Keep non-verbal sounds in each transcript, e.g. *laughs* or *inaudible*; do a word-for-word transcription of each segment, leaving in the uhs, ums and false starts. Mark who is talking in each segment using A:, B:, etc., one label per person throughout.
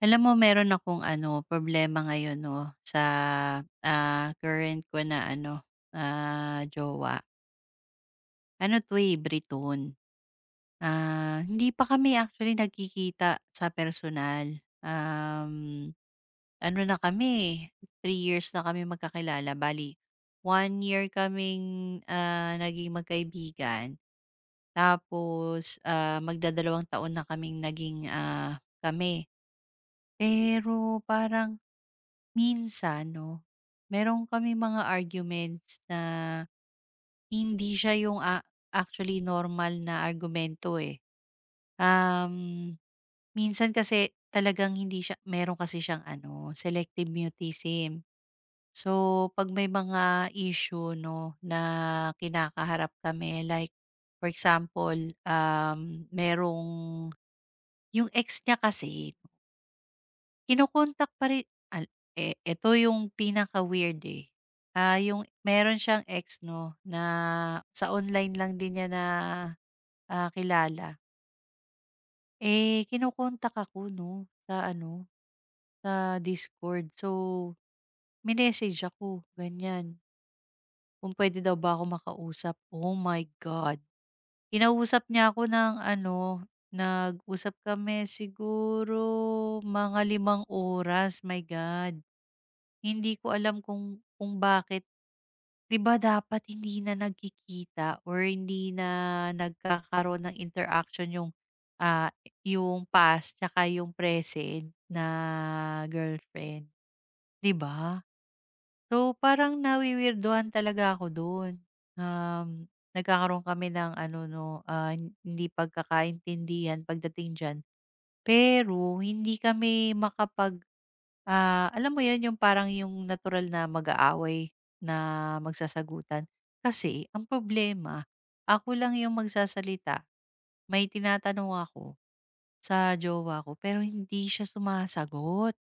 A: Alam mo, meron akong ano, problema ngayon 'no, sa, ah, current ko na ano, ah, jowa. Ano 'to, eh, Briton. Ah, hindi pa kami actually nagkikita sa personal. Um, Ano na kami, three years na kami magkakilala, bali one year kaming, ah, naging magkaibigan, tapos, ah, magdadalawang taon na kaming naging, ah, kami. Pero parang, minsan 'no, meron kami mga arguments na hindi siya yung, ah, actually normal na argumento, eh. Um, Minsan kasi talagang hindi siya, meron kasi siyang ano, selective mutism. So 'pag may mga issue 'no, na kinakaharap kami, like for example, um, merong yung ex niya kasi kino-contact pa rin al eh, eto yung pinaka-weird, eh. Ah, yung meron siyang ex 'no, na sa online lang din niya na, ah, kilala. Eh, kino ako 'no, sa ano, sa Discord. So, minessage ako, ganyan, kung puwede daw ba ako makausap. Oh my God! Kinausap niya ako ng ano, nag-usap kami siguro mga limang oras, my God. Hindi ko alam kung kung bakit 'di ba dapat hindi na nagkikita or hindi na nagkakaroon ng interaction yung, ah, yung past tsaka yung present na girlfriend, 'di ba? So, parang nawi talaga ako do'n. Um, nagkakaroon kami ng ano 'no, ah, hin- hindi pagkakaintindihan pagdating diyan. Pero hindi kami makapag, ah, alam mo 'yun, yung parang yung natural na mag-aaway na magsasagutan. Kasi ang problema, ako lang yung magsasalita, may tinatanong ako sa jowa ko pero hindi siya sumasagot.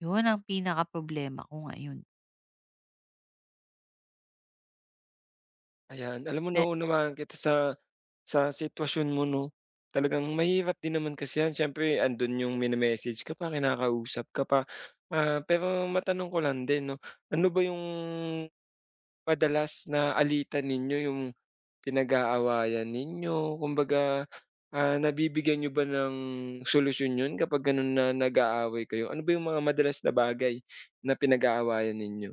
A: 'Yun ang pinaka problema ko ngayon.
B: Ayan, alam mo
A: Eh,
B: naunawaan kita sa sa sitwasyon mo 'no. Talagang mahirap din naman kasi 'yan siyempre andun yung mine-message ka pa, kinakausap ka pa. Ah, pero matanong ko lang din 'no, ano ba yung madalas na alitan ninyo, yung pinag-aawayan ninyo? Kumbaga, ah, nabibigyan niyo ba ng solusyon yun kapag ganun na nag-aaway kayo? Ano ba yung mga madalas na bagay na pinag-aawayan ninyo?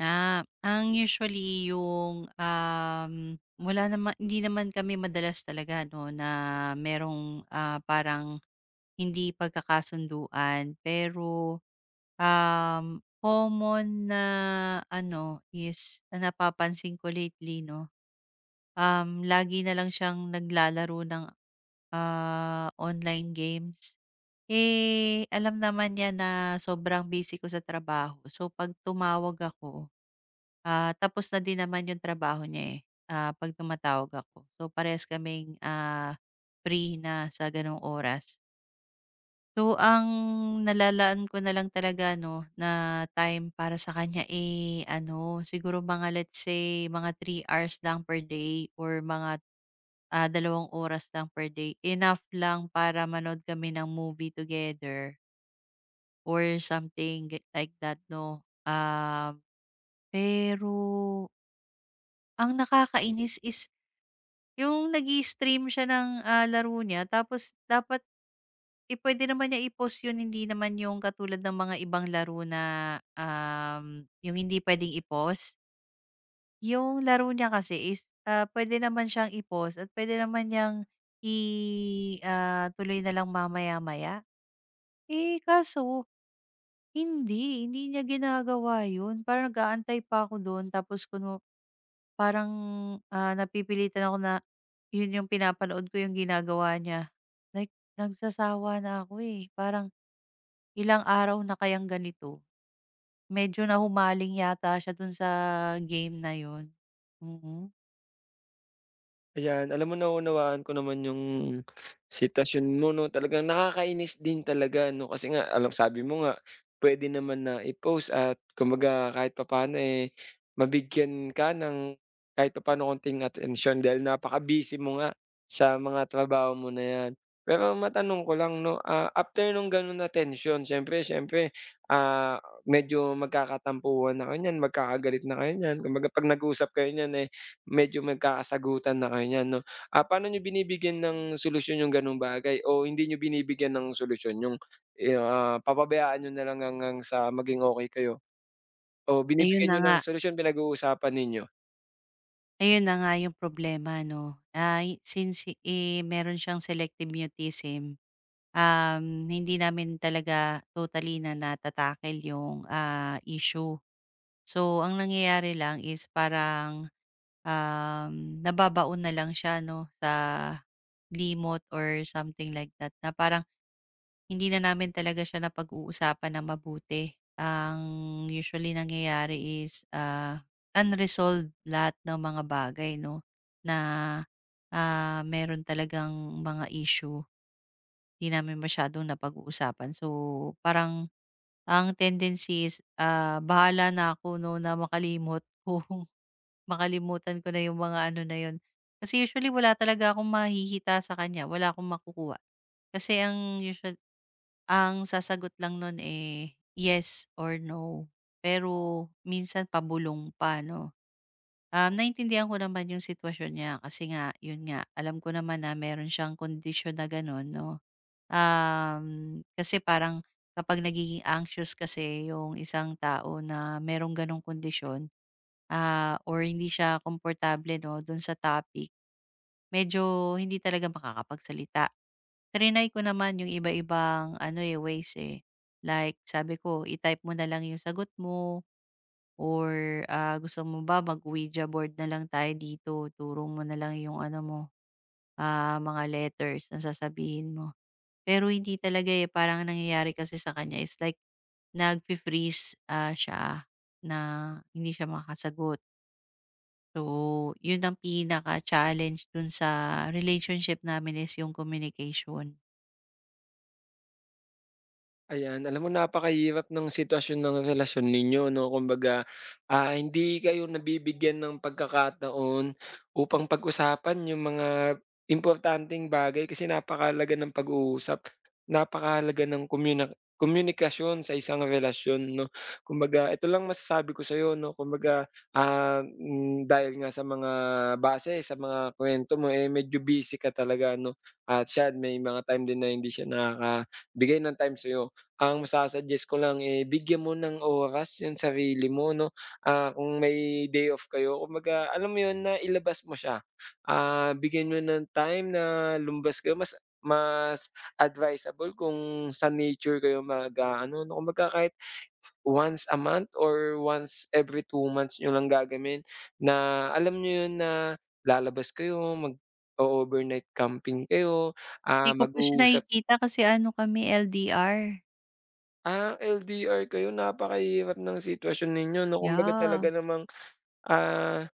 A: Ah, ang usually yung, um, wala nama hindi naman kami madalas talaga 'no, na merong, ah, parang hindi pagkakasunduan. Pero, um, common na ano is na napapansin ko lately 'no, um, lagi na lang siyang naglalaro ng, ah, online games. Eh, alam naman niya na sobrang busy ko sa trabaho. So 'pag tumawag ako, Ah, tapos na din naman yung trabaho niya, eh, ah, 'pag tumatawag ako. So, parehas kaming, ah, free na sa gano'ng oras. So, ang nalalaan ko na lang talaga 'no, na time para sa kanya, eh, ano, siguro mga let's say mga three hours lang per day or mga, ah, dalawang oras lang per day. Enough lang para manood kami ng movie together or something g- like that 'no. Um, Pero ang nakakainis is yung nag-i-stream siya ng, ah, laro niya tapos dapat, eh, puwede naman niya i-pause yun, hindi naman yung katulad ng mga ibang laro na, um, yung hindi puwedeng i-pause. Yung laro niya kasi is, ah, puwede naman siyang i-pause at pwede naman niyang i ah, tuloy na lang mamaya-maya. Eh, kaso hindi, hindi niya ginagawa yun. Parang nag-aantay pa ako dun tapos kunu, parang, ah, napipilitan ako na yun yung pinapanood ko yung ginagawa niya. Like, nagsasawa na ako, eh, parang ilang araw na kayang ganito. Medyo nahumaling yata siya dun sa game na yun. Mm.
B: Ayan, alam mo naunawaan ko naman yung sitwasyon mo 'no, talagang nakakainis din talaga 'no, kasi nga alam sabi mo nga pwede naman na i-post at kumbaga kahit papaano, eh, mabigyan ka ng kahit papaano konting attention, dahil napaka-busy mo nga sa mga trabaho mo na 'yan. Pero matanong ko lang 'no, ah, after nung gano'n na tensyon siyempre siyempre, ah, medyo magkakatampuhan na kayo niyan, magkakagalit na kayo niyan, kumbaga 'pag nag-usap kayo niyan, eh, medyo magkakasagutan na kayo niyan 'no. Ah, paano niyo binibigyan ng solusyon yung gano'ng bagay o hindi niyo binibigyan ng solusyon yung, eh, ah, papabayaan niyo na lang hanggang sa maging okey kayo o
A: Ayun
B: binibigyan
A: na
B: niyo
A: nga,
B: ng solusyon pinag-uusapan ninyo?
A: ayun na nga yung problema 'no. Ay, since, eh, meron siyang selective mutism, um, hindi namin talaga totally na nata yung, ah, issue. So, ang nangyayari lang is parang, Um, nababaon na lang siya 'no, sa limot or something like that na parang hindi na namin talaga siya napag-uusapan nang mabuti. Ang usually nangyayari is, ah, unresolved lahat ng mga bagay 'no, na, ah, meron talagang mga issue, 'di namin masyadong napag-uusapan. So, parang ang tendency is, ah, bahala na ako 'no, na makalimot *laughs* kung makalimutan ko na yung mga ano na yun. Kasi usually wala talaga akong mahihita sa kanya, wala akong makukuha. Kasi ang usual ang sasagot lang nun, eh, yes or no. Pero minsan pabulong pa, 'no? Um, naintindihan ko naman yung sitwasyon niya kasi nga, yun nga, alam ko naman na meron siyang kondisyon na gano'n, 'no? Um, kasi parang kapag nagiging anxious kasi yung isang tao na merong gano'ng kondisyon, ah, or hindi siya komportable 'no, dun sa topic, medyo hindi talaga makakapagsalita. Triny ko naman yung iba-ibang ano, eh, ways, eh. Like sabi ko, i-type mo na lang yung sagot mo or, ah, gusto mo ba mag-Ouija board na lang tayo dito, turong mo na lang yung ano mo, ah, mga letters na sasabihin mo. Pero hindi talaga, eh, parang ang nangyayari kasi sa kanya is like nagfi-freeze, ah, siya na hindi siya makasagot. So, yun ang pinaka-challenge dun sa relationship namin is yung communication.
B: Ayan, alam mo napakahirap ng sitwasyon ng relasyon ninyo 'no, kumbaga, ah, hindi kayo nabibigyan ng pagkakataon upang pag-usapan yung mga importanteng bagay kasi napakahalaga ng pag-uusap, napakahalaga ng komyuna komunikasyon sa isang relasyon 'no. Kumbaga ito lang masasabi ko sa'yo 'no, kumbaga, ah, hmm, dahil nga sa mga base sa mga kuwento mo, eh, medyo busy ka talaga 'no, at siya may mga time din na hindi siya nakakabigay ng time sa'yo. Ang masa ko lang, eh, bigyan mo ng oras yung sarili mo 'no, ah, kung may day off kayo kumbaga alam mo yun na ilabas mo siya. Ah, bigyan mo ng time na lumbas kayo mas mas advisable kung sa nature kayo mag ah, ano 'no, kumbaga kahit once a month or once every two months niyo lang gagawin na alam niyo yun na lalabas kayo, mag overnight camping kayo,
A: Di
B: ah,
A: ko pa siya
B: mag-uusap.
A: nakikita kasi ano kami, L D R.
B: Ah, L D R kayo napakahirap ng sitwasyon ninyo 'no, kumbaga
A: Yeah.
B: talaga namang, ah,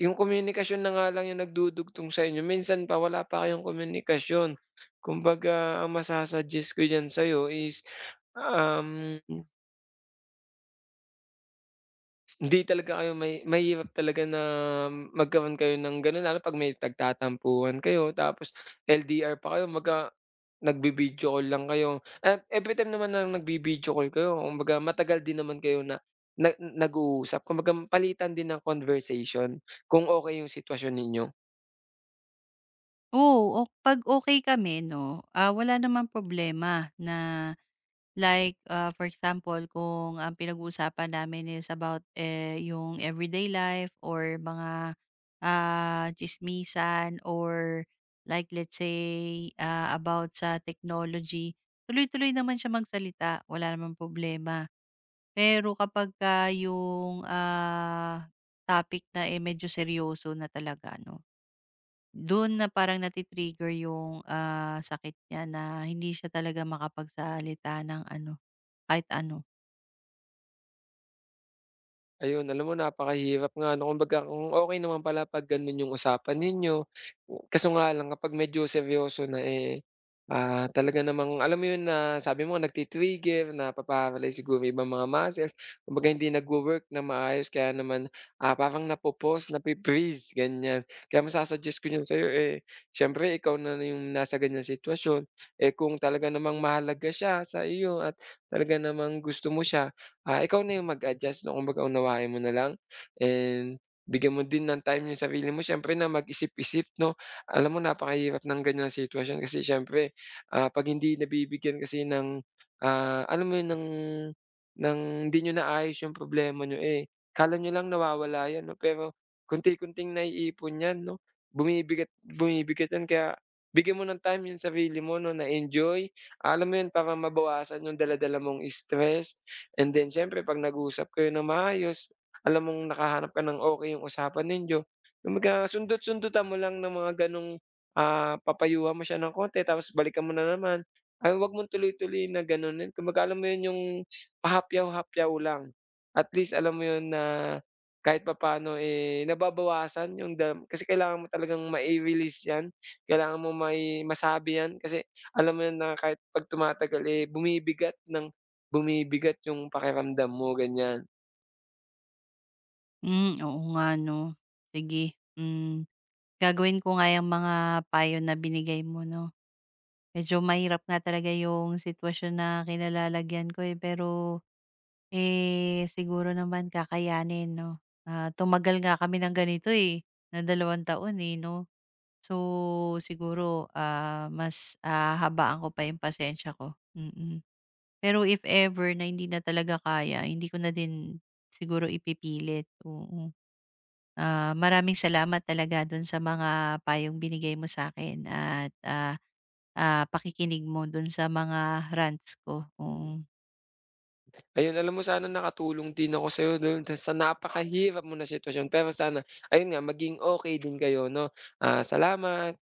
B: yung komunikasyon na nga lang yung nagdudugtong sa inyo, minsan pa wala pa kayong komunikasyon. Kumbaga ang masa-suggest ko diyan sa'yo is, um, hindi talaga kayo mahi mahirap talaga na magkaroon kayo ng gano'n lalo 'pag may nagtatampuhan kayo tapos L D R pa kayo magka nagvi-video call lang kayo at everytime naman na nagvi-video call kayo kumbaga matagal din naman kayo na na nag-uusap kumbaga palitan din ng conversation kung okey yung sitwasyon ninyo?
A: Oo, o 'pag okay kami 'no, ah, wala namang problema na. Like, ah, for example kung ang pinag-uusapan namin is about, eh, yung everyday life or mga, ah, tsismisan or like let's say, ah, about sa technology, tuloy-tuloy naman siya magsalita, wala namang problema. Pero kapagka yung, ah, topic na, eh, medyo seryoso na talaga 'no, dun na parang nati yung, ah, sakit niya na hindi siya talaga makapagsalita ng ano, kahit ano.
B: Ayun, alam mo napakahirap nga 'no, kumbaga kung okey naman pala 'pag gano'n yung usapan ninyo, kaso nga lang kapag medyo seryoso na, eh, ah, talaga namang alam mo yun na sabi mo nga nagti-trigger, napaparalyze siguro yung ibang mga muscles, kumbaga hindi nagwo-work ng maayos kaya naman, ah, parang napo-pause, napi-freeze, ganyan. Kaya masa-suggest ko yun sa'yo, eh, siyempre ikaw na yung nasa ganyang sitwasyon, eh, kung talaga namang mahalaga siya sa iyo at talaga namang gusto mo siya, Ah, ikaw na yung mag-adjust 'no, kumbaga unawain mo na lang and bigyan mo din ng time yung sarili mo siyempre na mag-isip-isip 'no. Alam mo napakahirap ng ganiyang sitwasyon kasi siyempre, ah, 'pag hindi nabibigyan kasi ng, ah, alam mo yun ng ng hindi niyo naayos yung problema niyo, eh, akala niyo lang nawawala yan 'no, pero konti-konting naiipon yan 'no, bumibigat bumibigat yan kaya bigyan mo ng time yung sarili mo 'no, na enjoy. Alam mo yun para mabawasan yung dala mong stress And then siyempre 'pag nag-usap kayo ng maayos, alam mong nakahanap ka ng okey yung usapan ninyo, kumbaga sundot-sundutan mo lang ng mga gano'ng, ah, papayuhan mo siya ng konti tapos balikan mo na naman. Ay huwag mong tuloy-tuloy na gano'n, kumbaga alam mo 'yun yung pahapyaw-hapyaw lang. At least alam mo 'yun na kahit papaano, eh, nababawasan yung dam kasi kailangan mo talagang mai-release 'yan, kailangan mo mai masabi 'yan kasi alam mo 'yun na kahit 'pag tumatagal, eh, bumibigat ng Bumibigat yung pakiramdam mo ganyan.
A: Hmm, oo nga 'no. Sige, hmm, gagawin ko nga yang mga payo na binigay mo 'no. Medyo mahirap nga talaga yung sitwasyon na kinalalagyan ko, eh, pero, eh, siguro naman kakayanin 'no. Ah, tumagal nga kami ng ganito, eh, ng dalawang taon, eh, 'no. So, siguro, ah, mas hahabaan ko pa yung pasensya ko, mm. Pero if ever na hindi na talaga kaya, hindi ko na din siguro ipipilit, oo. Ah, maraming salamat talaga dun sa mga payong binigay mo sa akin at, ah, ah, pakikinig mo dun sa mga rants ko, oo.
B: Ayun alam mo sana nakatulong din ako sa'yo dun sa sa napakahirap mo na sitwasyon pero sana ayun nga maging okay din kayo 'no. Ah, salamat.